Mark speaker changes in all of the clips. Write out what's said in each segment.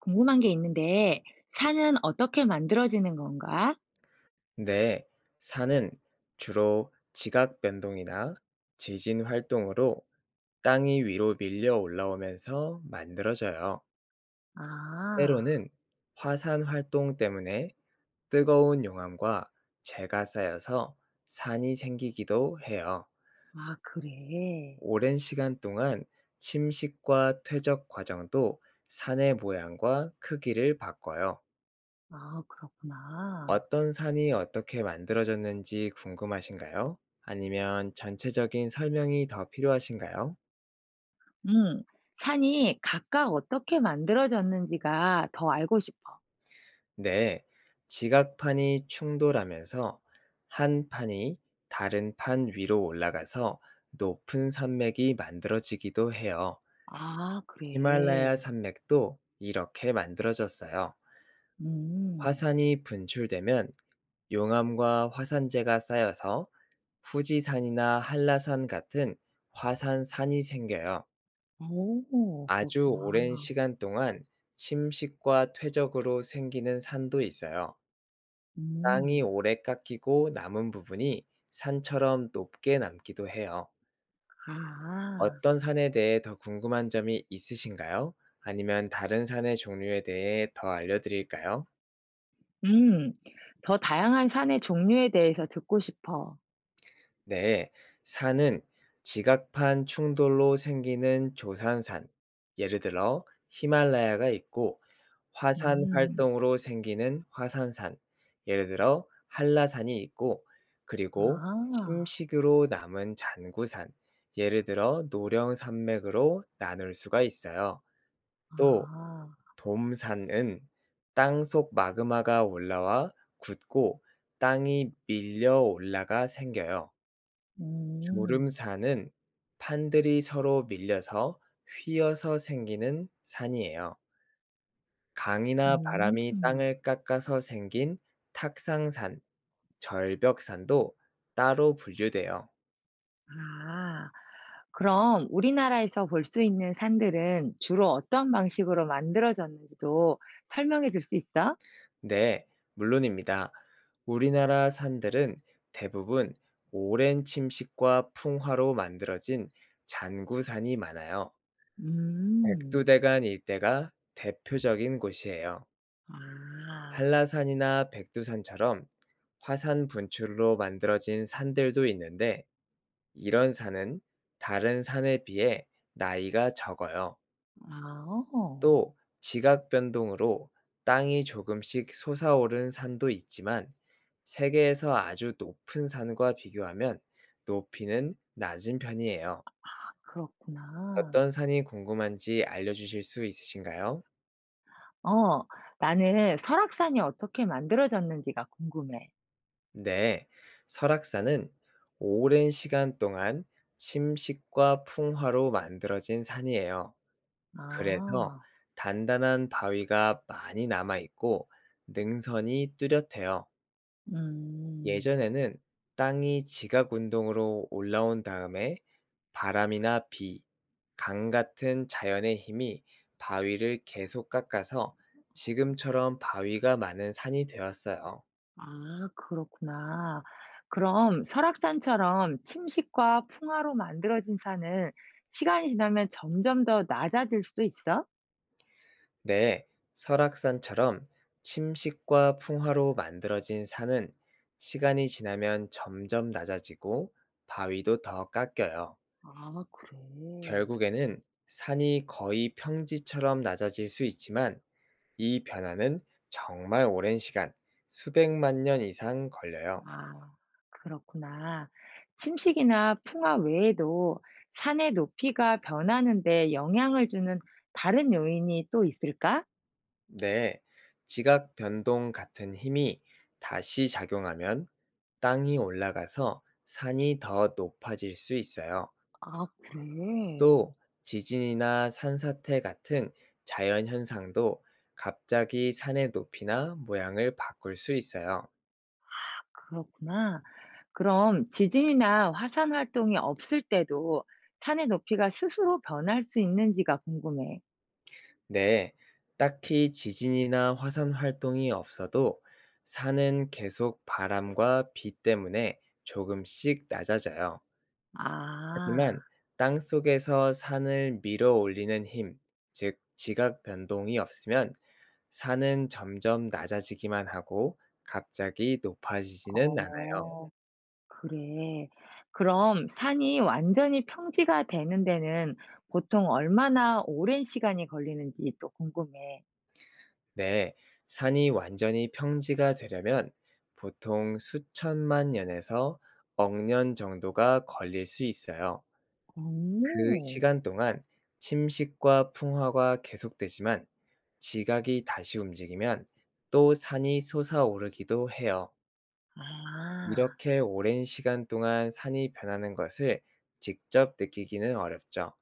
Speaker 1: 궁금한 게 있는데, 산은 어떻게 만들어지는 건가?
Speaker 2: 네, 산은 주로 지각 변동이나 지진 활동으로 땅이 위로 밀려 올라오면서 만들어져요.
Speaker 1: 아,
Speaker 2: 때로는 화산 활동 때문에 뜨거운 용암과 재가 쌓여서 산이 생기기도 해요.
Speaker 1: 아, 그래.
Speaker 2: 오랜 시간 동안 침식과 퇴적 과정도 산의 모양과 크기를 바꿔요.
Speaker 1: 아, 그렇구나.
Speaker 2: 어떤 산이 어떻게 만들어졌는지 궁금하신가요? 아니면 전체적인 설명이 더 필요하신가요?
Speaker 1: 응, 산이 각각 어떻게 만들어졌는지가 더 알고 싶어.
Speaker 2: 네, 지각판이 충돌하면서 한 판이 다른 판 위로 올라가서 높은 산맥이 만들어지기도 해요.
Speaker 1: 아,
Speaker 2: 히말라야
Speaker 1: 그래.
Speaker 2: 산맥도 이렇게 만들어졌어요.
Speaker 1: 음,
Speaker 2: 화산이 분출되면 용암과 화산재가 쌓여서 후지산이나 한라산 같은 화산산이 생겨요.
Speaker 1: 오,
Speaker 2: 아주 오랜
Speaker 1: 그렇구나.
Speaker 2: 시간 동안 침식과 퇴적으로 생기는 산도 있어요.
Speaker 1: 음,
Speaker 2: 땅이 오래 깎이고 남은 부분이 산처럼 높게 남기도 해요.
Speaker 1: 아,
Speaker 2: 어떤 산에 대해 더 궁금한 점이 있으신가요? 아니면 다른 산의 종류에 대해 더 알려드릴까요?
Speaker 1: 음, 더 다양한 산의 종류에 대해서 듣고 싶어.
Speaker 2: 네, 산은 지각판 충돌로 생기는 조산산, 예를 들어 히말라야가 있고, 화산
Speaker 1: 음,
Speaker 2: 활동으로 생기는 화산산, 예를 들어 한라산이 있고, 그리고
Speaker 1: 아,
Speaker 2: 침식으로 남은 잔구산, 예를 들어 노령산맥으로 나눌 수가 있어요. 또
Speaker 1: 아,
Speaker 2: 돔산은 땅속 마그마가 올라와 굳고 땅이 밀려 올라가 생겨요.
Speaker 1: 음.
Speaker 2: 주름산은 판들이 서로 밀려서 휘어서 생기는 산이에요. 강이나 바람이
Speaker 1: 음.
Speaker 2: 땅을 깎아서 생긴 탁상산, 절벽산도 따로 분류돼요.
Speaker 1: 아. 그럼 우리나라에서 볼 수 있는 산들은 주로 어떤 방식으로 만들어졌는지도 설명해 줄 수 있어?
Speaker 2: 네, 물론입니다. 우리나라 산들은 대부분 오랜 침식과 풍화로 만들어진 잔구산이 많아요.
Speaker 1: 음.
Speaker 2: 백두대간 일대가 대표적인 곳이에요.
Speaker 1: 아.
Speaker 2: 한라산이나 백두산처럼 화산 분출로 만들어진 산들도 있는데 이런 산은 다른 산에 비해 나이가 적어요.
Speaker 1: 아, 어.
Speaker 2: 또 지각 변동으로 땅이 조금씩 솟아오른 산도 있지만 세계에서 아주 높은 산과 비교하면 높이는 낮은 편이에요.
Speaker 1: 그렇구나.
Speaker 2: 어떤 산이 궁금한지 알려주실 수 있으신가요?
Speaker 1: 어. 나는 설악산이 어떻게 만들어졌는지가 궁금해.
Speaker 2: 네, 설악산은 오랜 시간 동안 침식과 풍화로 만들어진 산이에요. 그래서
Speaker 1: 아.
Speaker 2: 단단한 바위가 많이 남아있고 능선이 뚜렷해요.
Speaker 1: 음.
Speaker 2: 예전에는 땅이 지각 운동으로 올라온 다음에 바람이나 비, 강 같은 자연의 힘이 바위를 계속 깎아서 지금처럼 바위가 많은 산이 되었어요.
Speaker 1: 아, 그렇구나. 그럼 설악산처럼 침식과 풍화로 만들어진 산은 시간이 지나면 점점 더 낮아질 수도 있어?
Speaker 2: 네, 설악산처럼 침식과 풍화로 만들어진 산은 시간이 지나면 점점 낮아지고 바위도 더 깎여요.
Speaker 1: 아, 그래.
Speaker 2: 결국에는 산이 거의 평지처럼 낮아질 수 있지만 이 변화는 정말 오랜 시간, 수백만 년 이상 걸려요.
Speaker 1: 아, 그렇구나. 침식이나 풍화 외에도 산의 높이가 변하는 데 영향을 주는 다른 요인이 또 있을까?
Speaker 2: 네, 지각 변동 같은 힘이 다시 작용하면 땅이 올라가서 산이 더 높아질 수 있어요.
Speaker 1: 아, 그래.
Speaker 2: 또 지진이나 산사태 같은 자연 현상도 갑자기 산의 높이나 모양을 바꿀 수 있어요.
Speaker 1: 그렇구나. 그럼 지진이나 화산 활동이 없을 때도 산의 높이가 스스로 변할 수 있는지가 궁금해.
Speaker 2: 네, 딱히 지진이나 화산 활동이 없어도 산은 계속 바람과 비 때문에 조금씩 낮아져요.
Speaker 1: 아.
Speaker 2: 하지만 땅 속에서 산을 밀어 올리는 힘, 즉 지각 변동이 없으면 산은 점점 낮아지기만 하고 갑자기 높아지지는 않아요.
Speaker 1: 어. 그래. 그럼 산이 완전히 평지가 되는 데는 보통 얼마나 오랜 시간이 걸리는지 또 궁금해.
Speaker 2: 네, 산이 완전히 평지가 되려면 보통 수천만 년에서 억년 정도가 걸릴 수 있어요. 그
Speaker 1: 오.
Speaker 2: 시간 동안 침식과 풍화가 계속되지만 지각이 다시 움직이면 또 산이 솟아오르기도 해요.
Speaker 1: 아.
Speaker 2: 이렇게 오랜 시간 동안 산이 변하는 것을 직접 느끼기는 어렵죠.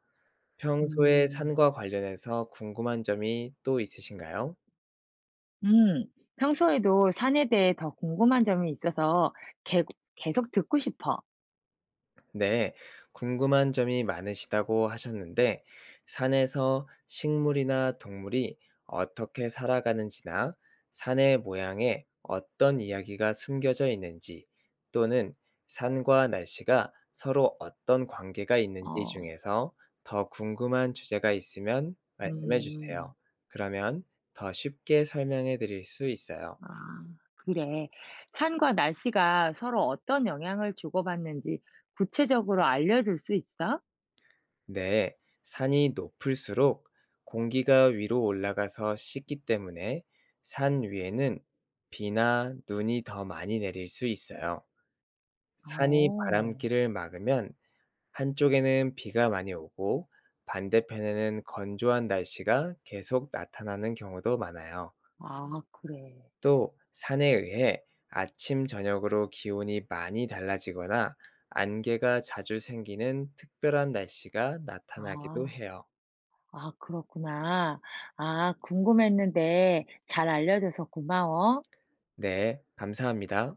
Speaker 2: 평소에
Speaker 1: 음.
Speaker 2: 산과 관련해서 궁금한 점이 또 있으신가요?
Speaker 1: 음. 평소에도 산에 대해 더 궁금한 점이 있어서 계 계속 듣고 싶어.
Speaker 2: 네, 궁금한 점이 많으시다고 하셨는데, 산에서 식물이나 동물이 어떻게 살아가는지나 산의 모양에 어떤 이야기가 숨겨져 있는지 또는 산과 날씨가 서로 어떤 관계가 있는지
Speaker 1: 어.
Speaker 2: 중에서 더 궁금한 주제가 있으면 말씀해 주세요.
Speaker 1: 음.
Speaker 2: 그러면 더 쉽게 설명해 드릴 수 있어요.
Speaker 1: 아, 그래. 산과 날씨가 서로 어떤 영향을 주고받는지 구체적으로 알려줄 수 있어?
Speaker 2: 네, 산이 높을수록 공기가 위로 올라가서 식기 때문에 산 위에는 비나 눈이 더 많이 내릴 수 있어요. 산이
Speaker 1: 어.
Speaker 2: 바람길을 막으면 한쪽에는 비가 많이 오고 반대편에는 건조한 날씨가 계속 나타나는 경우도 많아요.
Speaker 1: 아, 그래.
Speaker 2: 또 산에 의해 아침, 저녁으로 기온이 많이 달라지거나 안개가 자주 생기는 특별한 날씨가 나타나기도
Speaker 1: 아.
Speaker 2: 해요.
Speaker 1: 아, 그렇구나. 아, 궁금했는데 잘 알려줘서 고마워.
Speaker 2: 네, 감사합니다.